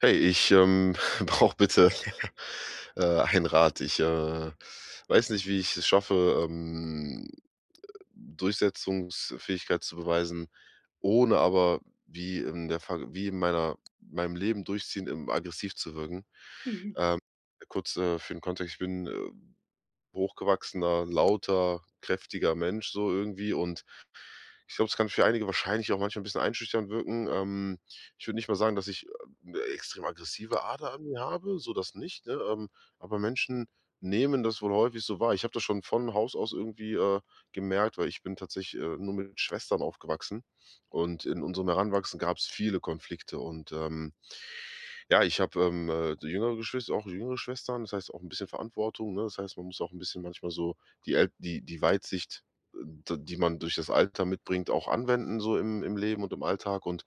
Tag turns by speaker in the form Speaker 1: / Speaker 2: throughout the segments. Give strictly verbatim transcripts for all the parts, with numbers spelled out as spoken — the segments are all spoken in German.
Speaker 1: Hey, ich, ähm, brauche bitte, äh, einen Rat. Ich, äh, weiß nicht, wie ich es schaffe, ähm, Durchsetzungsfähigkeit zu beweisen, ohne aber wie in der Verg wie in meiner meinem Leben durchziehend, ähm, aggressiv zu wirken.
Speaker 2: Mhm.
Speaker 1: Ähm, Kurz, äh, für den Kontext, ich bin, äh, hochgewachsener, lauter, kräftiger Mensch so irgendwie und ich glaube, es kann für einige wahrscheinlich auch manchmal ein bisschen einschüchternd wirken. Ähm, ich würde nicht mal sagen, dass ich, äh, 'ne extrem aggressive Ader an mir habe, so das nicht, ne? Ähm, aber Menschen nehmen das wohl häufig so wahr. Ich habe das schon von Haus aus irgendwie, äh, gemerkt, weil ich bin tatsächlich, äh, nur mit Schwestern aufgewachsen und in unserem Heranwachsen gab es viele Konflikte und, ähm ja, ich habe, ähm, äh, jüngere Geschwister auch jüngere Schwestern, das heißt auch ein bisschen Verantwortung, ne? Das heißt, man muss auch ein bisschen manchmal so die El die die Weitsicht, äh, d die man durch das Alter mitbringt, auch anwenden so im im Leben und im Alltag. Und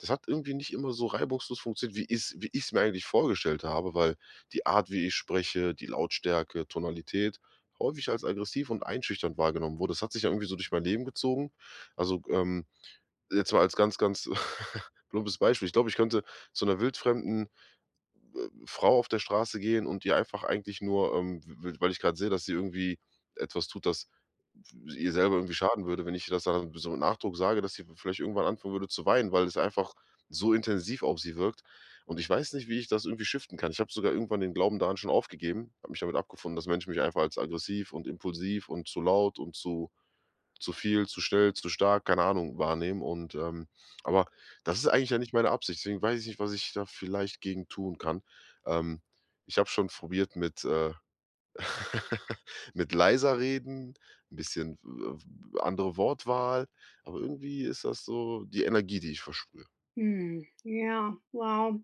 Speaker 1: das hat irgendwie nicht immer so reibungslos funktioniert, wie ich's wie ich's mir eigentlich vorgestellt habe, weil die Art, wie ich spreche, die Lautstärke, Tonalität häufig als aggressiv und einschüchternd wahrgenommen wurde. Das hat sich ja irgendwie so durch mein Leben gezogen. Also, ähm, jetzt mal als ganz, ganz plumpes Beispiel. Ich glaube, ich könnte zu einer wildfremden Frau auf der Straße gehen und ihr einfach eigentlich nur, ähm, w weil ich gerade sehe, dass sie irgendwie etwas tut, das ihr selber irgendwie schaden würde, wenn ich das dann so mit Nachdruck sage, dass sie vielleicht irgendwann anfangen würde zu weinen, weil es einfach so intensiv auf sie wirkt. Und ich weiß nicht, wie ich das irgendwie shiften kann. Ich habe sogar irgendwann den Glauben daran schon aufgegeben, habe mich damit abgefunden, dass Menschen mich einfach als aggressiv und impulsiv und zu laut und zu zu viel, zu schnell, zu stark, keine Ahnung, wahrnehmen und, ähm aber das ist eigentlich ja nicht meine Absicht, deswegen weiß ich nicht, was ich da vielleicht gegen tun kann. Ähm, ich habe schon probiert mit, äh mit leiser reden, ein bisschen w andere Wortwahl, aber irgendwie ist das so die Energie, die ich versprühe.
Speaker 2: Hm. Ja, wow.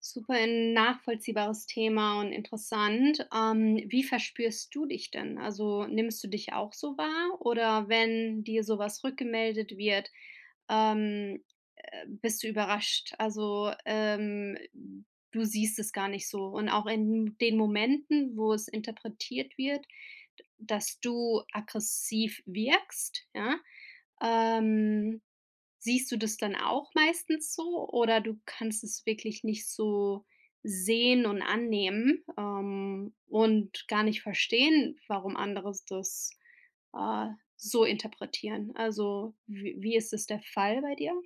Speaker 2: Super ein nachvollziehbares Thema und interessant. Ähm, wie verspürst du dich denn? Also nimmst du dich auch so wahr? Oder wenn dir sowas rückgemeldet wird, ähm, äh, bist du überrascht? Also ähm, du siehst es gar nicht so. Und auch in den Momenten, wo es interpretiert wird, dass du aggressiv wirkst, ja, ähm, Siehst du das dann auch meistens so, oder du kannst es wirklich nicht so sehen und annehmen, ähm, und gar nicht verstehen, warum andere das, äh, so interpretieren? Also, wie wie ist es der Fall bei dir?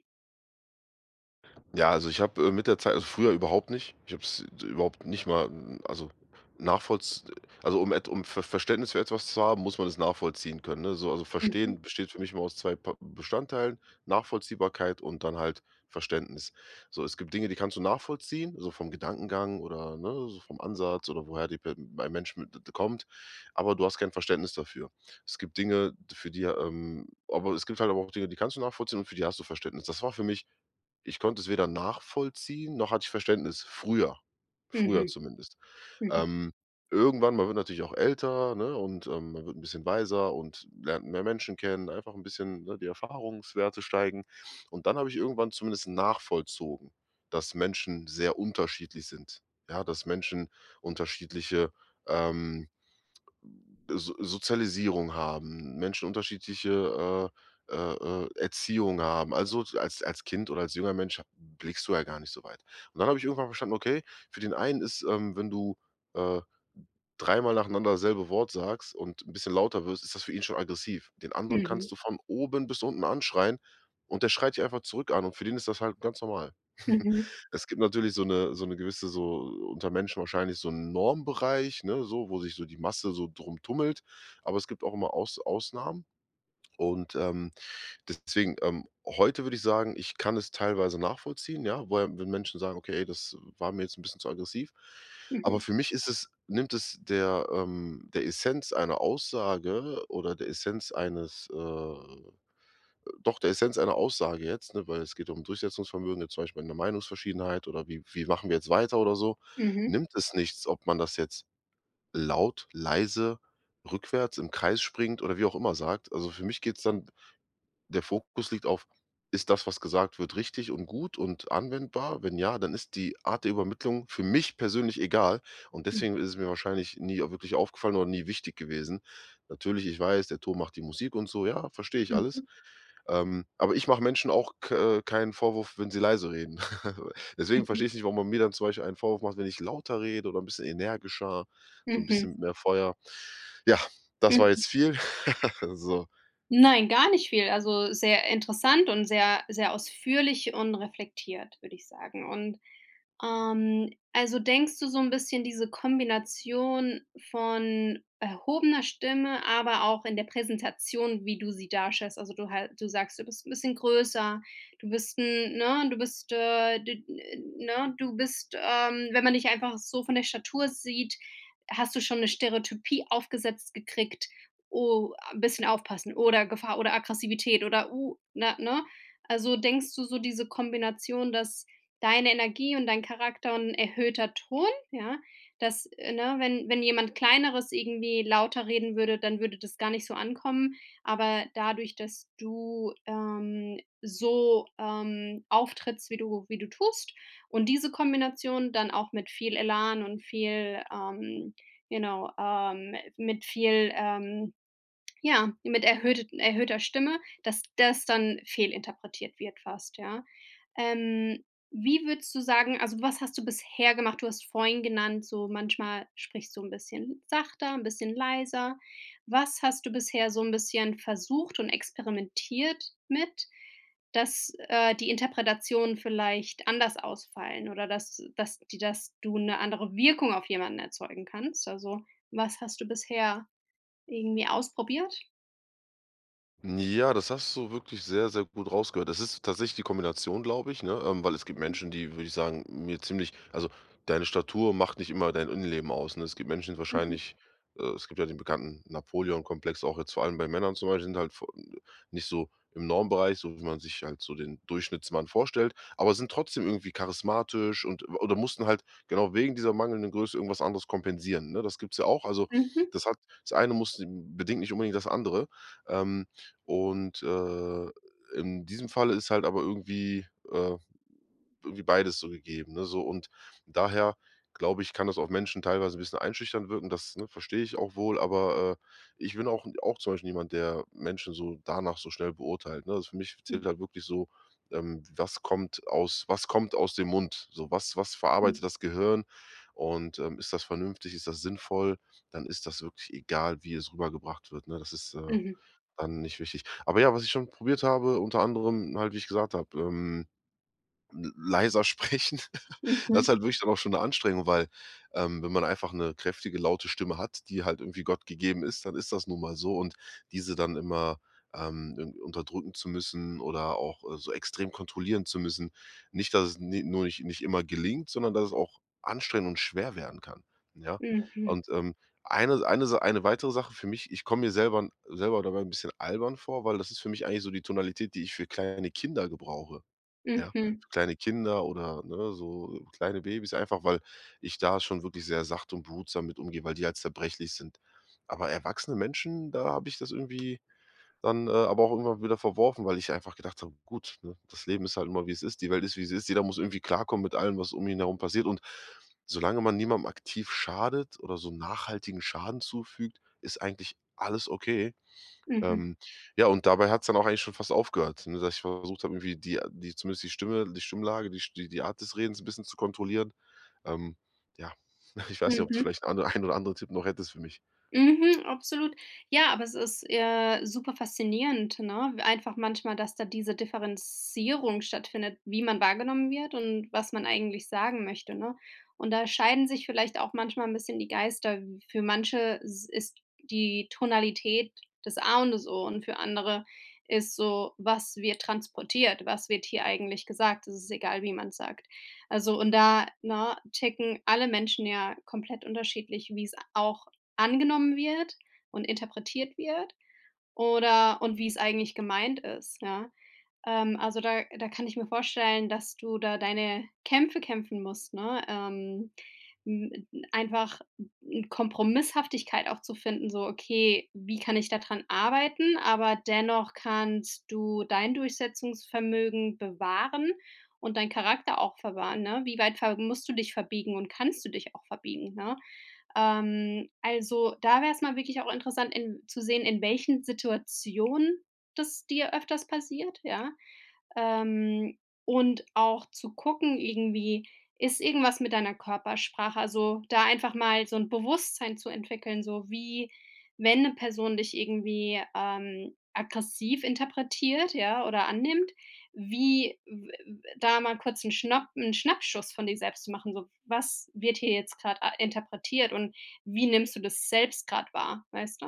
Speaker 1: Ja, also ich habe, äh, mit der Zeit also früher überhaupt nicht. Ich habe es überhaupt nicht mal, hm, also nachvollz also um et um Ver Verständnis für etwas zu haben, muss man es nachvollziehen können, ne? So, also
Speaker 2: Mhm.
Speaker 1: verstehen besteht für mich immer aus zwei Pa Bestandteilen, Nachvollziehbarkeit und dann halt Verständnis. So, es gibt Dinge, die kannst du nachvollziehen, so vom Gedankengang oder, ne, so vom Ansatz oder woher die pe ein Mensch mit kommt, aber du hast kein Verständnis dafür. Es gibt Dinge, für die, ähm aber es gibt halt aber auch Dinge, die kannst du nachvollziehen und für die hast du Verständnis. Das war für mich, ich konnte es weder nachvollziehen, noch hatte ich Verständnis. Früher, früher
Speaker 2: Mhm.
Speaker 1: zumindest.
Speaker 2: Mhm.
Speaker 1: Ähm, irgendwann, man wird natürlich auch älter, ne, und, ähm, man wird ein bisschen weiser und lernt mehr Menschen kennen, einfach ein bisschen, ne, die Erfahrungswerte steigen. Und dann habe ich irgendwann zumindest nachvollzogen, dass Menschen sehr unterschiedlich sind. Ja, dass Menschen unterschiedliche, ähm so Sozialisierung haben, Menschen unterschiedliche, äh, äh, äh, Erziehung haben. Also, so als als Kind oder als junger Mensch blickst du ja gar nicht so weit. Und dann habe ich irgendwann verstanden, okay, für den einen ist, ähm, wenn du, äh dreimal nacheinander dasselbe Wort sagst und 'n bisschen lauter wirst, ist das für ihn schon aggressiv. Den anderen kannst du von oben bis unten anschreien und der schreit dich einfach zurück an und für den ist das halt ganz normal.
Speaker 2: Mhm.
Speaker 1: Es gibt natürlich so 'ne so 'ne gewisse so unter Menschen wahrscheinlich so 'n Normbereich, ne, so, wo sich so die Masse so drum tummelt, aber es gibt auch immer Aus Ausnahmen und, ähm Deswegen, ähm, heute würde ich sagen, ich kann es teilweise nachvollziehen, ja, woher wenn Menschen sagen: „Okay, ey, das war mir jetzt ein bisschen zu aggressiv.“ Aber für mich ist es nimmt es der, ähm der Essenz einer Aussage oder der Essenz eines, äh doch, der Essenz einer Aussage jetzt, ne, weil es geht um Durchsetzungsvermögen, jetzt zum Beispiel in der Meinungsverschiedenheit oder wie wie machen wir jetzt weiter oder so,
Speaker 2: Mhm. Mhm.
Speaker 1: nimmt es nichts, ob man das jetzt laut, leise, rückwärts, im Kreis springt oder wie auch immer sagt. Also, für mich geht's dann der Fokus liegt auf: Ist das, was gesagt wird, richtig und gut und anwendbar? Wenn ja, dann ist die Art der Übermittlung für mich persönlich egal und
Speaker 2: Mhm.
Speaker 1: deswegen ist es mir wahrscheinlich nie au wirklich aufgefallen oder nie wichtig gewesen. Natürlich, ich weiß, der Ton macht die Musik und so, ja, verstehe ich
Speaker 2: Mhm. Mhm.
Speaker 1: alles. Ähm, aber ich mache Menschen auch k äh, keinen Vorwurf, wenn sie leise reden. Deswegen
Speaker 2: Mhm.
Speaker 1: verstehe ich nicht, warum man mir dann zum Beispiel einen Vorwurf macht, wenn ich lauter rede oder ein bisschen energischer, so ein bisschen
Speaker 2: Mhm.
Speaker 1: mit mehr Feuer. Ja, das war
Speaker 2: Mhm.
Speaker 1: jetzt viel. So.
Speaker 2: Nein, gar nicht viel. Also, sehr interessant und sehr sehr ausführlich und reflektiert, würde ich sagen. Und Ähm, also denkst du so ein bisschen diese Kombination von erhobener Stimme, aber auch in der Präsentation, wie du sie darstellst. Also, du halt du sagst, du bist ein bisschen größer, du bist 'n ne, du bist, äh, d ne, du bist, ähm wenn man dich einfach so von der Statur sieht, hast du schon eine Stereotypie aufgesetzt gekriegt. „Oh, ein bisschen aufpassen“ oder „Gefahr“ oder Aggressivität oder „Uh“, ne, ne? Also, denkst du so diese Kombination, dass deine Energie und dein Charakter und 'n erhöhter Ton, ja? Dass äh, ne, wenn wenn jemand Kleineres irgendwie lauter reden würde, dann würde das gar nicht so ankommen. Aber dadurch, dass du, ähm, so, ähm, auftrittst, wie du wie du tust, und diese Kombination dann auch mit viel Elan und viel, ähm, you know ähm, mit viel, ähm ja, mit erhöhtet erhöhter Stimme, dass das dann fehlinterpretiert wird fast, ja. Ähm, Wie würdest du sagen, also, was hast du bisher gemacht? Du hast vorhin genannt, so manchmal sprichst du ein bisschen sachter, ein bisschen leiser. Was hast du bisher so ein bisschen versucht und experimentiert mit, dass, äh, die Interpretationen vielleicht anders ausfallen oder dass dass die dass du eine andere Wirkung auf jemanden erzeugen kannst? Also, was hast du bisher irgendwie ausprobiert?
Speaker 1: Ja, das hast du wirklich sehr, sehr gut rausgehört. Das ist tatsächlich die Kombination, glaube ich, ne? Ähm, weil es gibt
Speaker 2: Mhm,
Speaker 1: Menschen, die, würde ich sagen, mir ziemlich also, deine Statur macht nicht immer dein Innenleben aus, ne? Es gibt Menschen, die wahrscheinlich äh, es gibt ja den bekannten Napoleon-Komplex, auch jetzt vor allem bei Männern zum Beispiel, sind halt vo nicht so im Normbereich, so wie man sich halt so den Durchschnittsmann vorstellt, aber sind trotzdem irgendwie charismatisch und oder mussten halt genau wegen dieser mangelnden Größe irgendwas anderes kompensieren, ne? Das gibt's ja auch. Also,
Speaker 2: mhm,
Speaker 1: das hat das eine muss bedingt nicht unbedingt das andere. Ähm und, äh, in diesem Falle ist halt aber irgendwie, äh irgendwie beides so gegeben, ne, so. Und daher glaube ich, kann das auf Menschen teilweise ein bisschen einschüchtern wirken, das, ne, verstehe ich auch wohl, aber, äh, ich bin auch auch zum Beispiel niemand, der Menschen so danach so schnell beurteilt, ne? Also, für mich
Speaker 2: mhm,
Speaker 1: zählt halt wirklich so, ähm, was kommt aus, was kommt aus dem Mund? So, was was
Speaker 2: mhm,
Speaker 1: verarbeitet das Gehirn? Und, ähm, ist das vernünftig? Ist das sinnvoll? Dann ist das wirklich egal, wie es rübergebracht wird, ne? Das ist, äh
Speaker 2: mhm,
Speaker 1: dann nicht wichtig. Aber ja, was ich schon probiert habe, unter anderem halt, wie ich gesagt habe, ähm leiser sprechen. Das
Speaker 2: mhm,
Speaker 1: ist halt wirklich dann auch schon eine Anstrengung, weil, ähm, wenn man einfach eine kräftige, laute Stimme hat, die halt irgendwie Gott gegeben ist, dann ist das nun mal so und diese dann immer, ähm, irgendwie unterdrücken zu müssen oder auch, äh, so extrem kontrollieren zu müssen. Nicht, dass es ni nur nicht nicht immer gelingt, sondern dass es auch anstrengend und schwer werden kann, ja?
Speaker 2: mhm,
Speaker 1: Und, ähm, eine eine Sa eine weitere Sache für mich, ich komme mir selber selber dabei ein bisschen albern vor, weil das ist für mich eigentlich so die Tonalität, die ich für kleine Kinder gebrauche. Ja,
Speaker 2: mhm,
Speaker 1: für kleine Kinder oder, ne, so kleine Babys einfach, weil ich da schon wirklich sehr sacht und behutsam mit umgehe, weil die halt zerbrechlich sind. Aber erwachsene Menschen, da habe ich das irgendwie dann, äh, aber auch irgendwann wieder verworfen, weil ich einfach gedacht habe: „Gut, ne, das Leben ist halt immer wie es ist. Die Welt ist, wie sie ist. Jeder muss irgendwie klarkommen mit allem, was um ihn herum passiert.“ Und solange man niemandem aktiv schadet oder so nachhaltigen Schaden zufügt, ist eigentlich alles okay.
Speaker 2: mhm,
Speaker 1: Ähm, ja, und dabei hat es dann auch eigentlich schon fast aufgehört, ne, dass ich versucht habe, irgendwie die die zumindest die Stimme die Stimmlage, die St die Art des Redens ein bisschen zu kontrollieren. Ähm, ja, ich weiß nicht, ob du
Speaker 2: mhm.
Speaker 1: vielleicht ande einen ein oder anderen Tipp noch hättest für mich.
Speaker 2: Mhm, absolut. Ja, aber es ist, äh, super faszinierend, ne? Einfach manchmal, dass da diese Differenzierung stattfindet, wie man wahrgenommen wird und was man eigentlich sagen möchte, ne? Und da scheiden sich vielleicht auch manchmal ein bisschen die Geister. Für manche s ist die Tonalität das A und das O, und für andere ist so: Was wird transportiert? Was wird hier eigentlich gesagt? Es ist egal, wie man's sagt. Also, und da, ne, ticken alle Menschen ja komplett unterschiedlich, wie es auch angenommen wird und interpretiert wird oder und wie es eigentlich gemeint ist, ja? Ähm, also, da da kann ich mir vorstellen, dass du da deine Kämpfe kämpfen musst, ne? Ähm, hm, einfach 'n Kompromisshaftigkeit auch zu finden, so: „Okay, wie kann ich da dran arbeiten?“ Aber dennoch kannst du dein Durchsetzungsvermögen bewahren und deinen Charakter auch verwahren, ne? Wie weit ver musst du dich verbiegen und kannst du dich auch verbiegen, ne? Ähm, also, da wäre es mal wirklich auch interessant in zu sehen, in welchen Situationen das dir öfters passiert, ja? Ähm, und auch zu gucken irgendwie, ist irgendwas mit deiner Körpersprache, also, da einfach mal so ein Bewusstsein zu entwickeln, so wie, wenn eine Person dich irgendwie, ähm, aggressiv interpretiert, ja, oder annimmt, wie w w da mal kurz einen Schnapp 'n Schnappschuss von dir selbst zu machen, so: „Was wird hier jetzt gerade interpretiert und wie nimmst du das selbst gerade wahr?“, weißt du?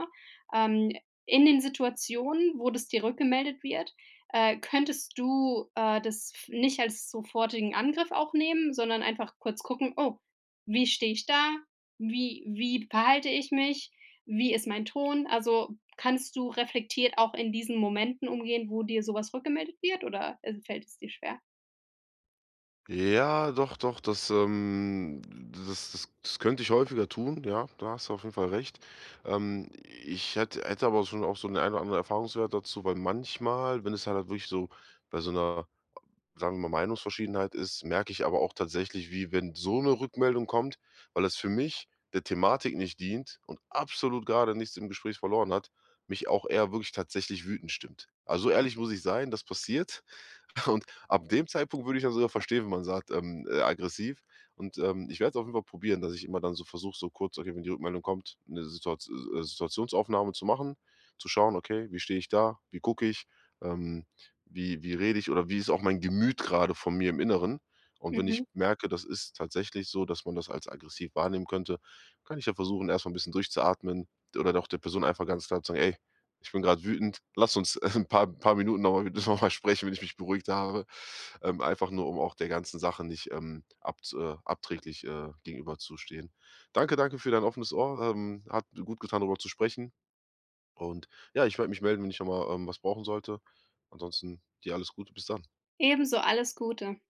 Speaker 2: Ähm, in den Situationen, wo das dir rückgemeldet wird, äh, könntest du, äh, das f nicht als sofortigen Angriff auch nehmen, sondern einfach kurz gucken: „Oh, wie stehe ich da? Wie wie verhalte ich mich? Wie ist mein Ton?“ Also, kannst du reflektiert auch in diesen Momenten umgehen, wo dir sowas rückgemeldet wird, oder, äh, fällt es dir schwer?
Speaker 1: Ja, doch, doch, das, ähm das das das könnte ich häufiger tun, ja, da hast du auf jeden Fall recht. Ähm, ich hätte hätte aber schon auch so den einen oder anderen Erfahrungswert dazu, weil manchmal, wenn es halt wirklich so bei so einer sagen wir mal, Meinungsverschiedenheit ist, merke ich aber auch tatsächlich, wie wenn so eine Rückmeldung kommt, weil es für mich der Thematik nicht dient und absolut gerade nichts im Gespräch verloren hat, mich auch eher wirklich tatsächlich wütend stimmt. Also, so ehrlich muss ich sein, das passiert. Und ab dem Zeitpunkt würde ich dann sogar verstehen, wenn man sagt, ähm, äh, aggressiv. Und, ähm, ich werde es auf jeden Fall probieren, dass ich immer dann so versuche, so kurz okay, wenn die Rückmeldung kommt, eine Situat äh, Situationsaufnahme zu machen, zu schauen: „Okay, wie stehe ich da? Wie gucke ich? Ähm, wie wie rede ich oder wie ist auch mein Gemüt gerade von mir im Inneren?“ Und wenn ich
Speaker 2: Mhm.
Speaker 1: merke, das ist tatsächlich so, dass man das als aggressiv wahrnehmen könnte, kann ich ja versuchen, erst mal 'n bisschen durchzuatmen oder doch der Person einfach ganz klar zu sagen: „Ey, ich bin gerade wütend. Lass uns ein paar, paar Minuten nochmal noch mal sprechen, wenn ich mich beruhigt habe. Ähm, einfach nur, um auch der ganzen Sache nicht ähm, ab, äh, abträglich äh, gegenüberzustehen. Danke, danke für dein offenes Ohr. Ähm, hat gut getan, darüber zu sprechen. Und ja, ich werde mich melden, wenn ich nochmal ähm, was brauchen sollte. Ansonsten dir alles Gute. Bis dann.
Speaker 2: Ebenso, alles Gute.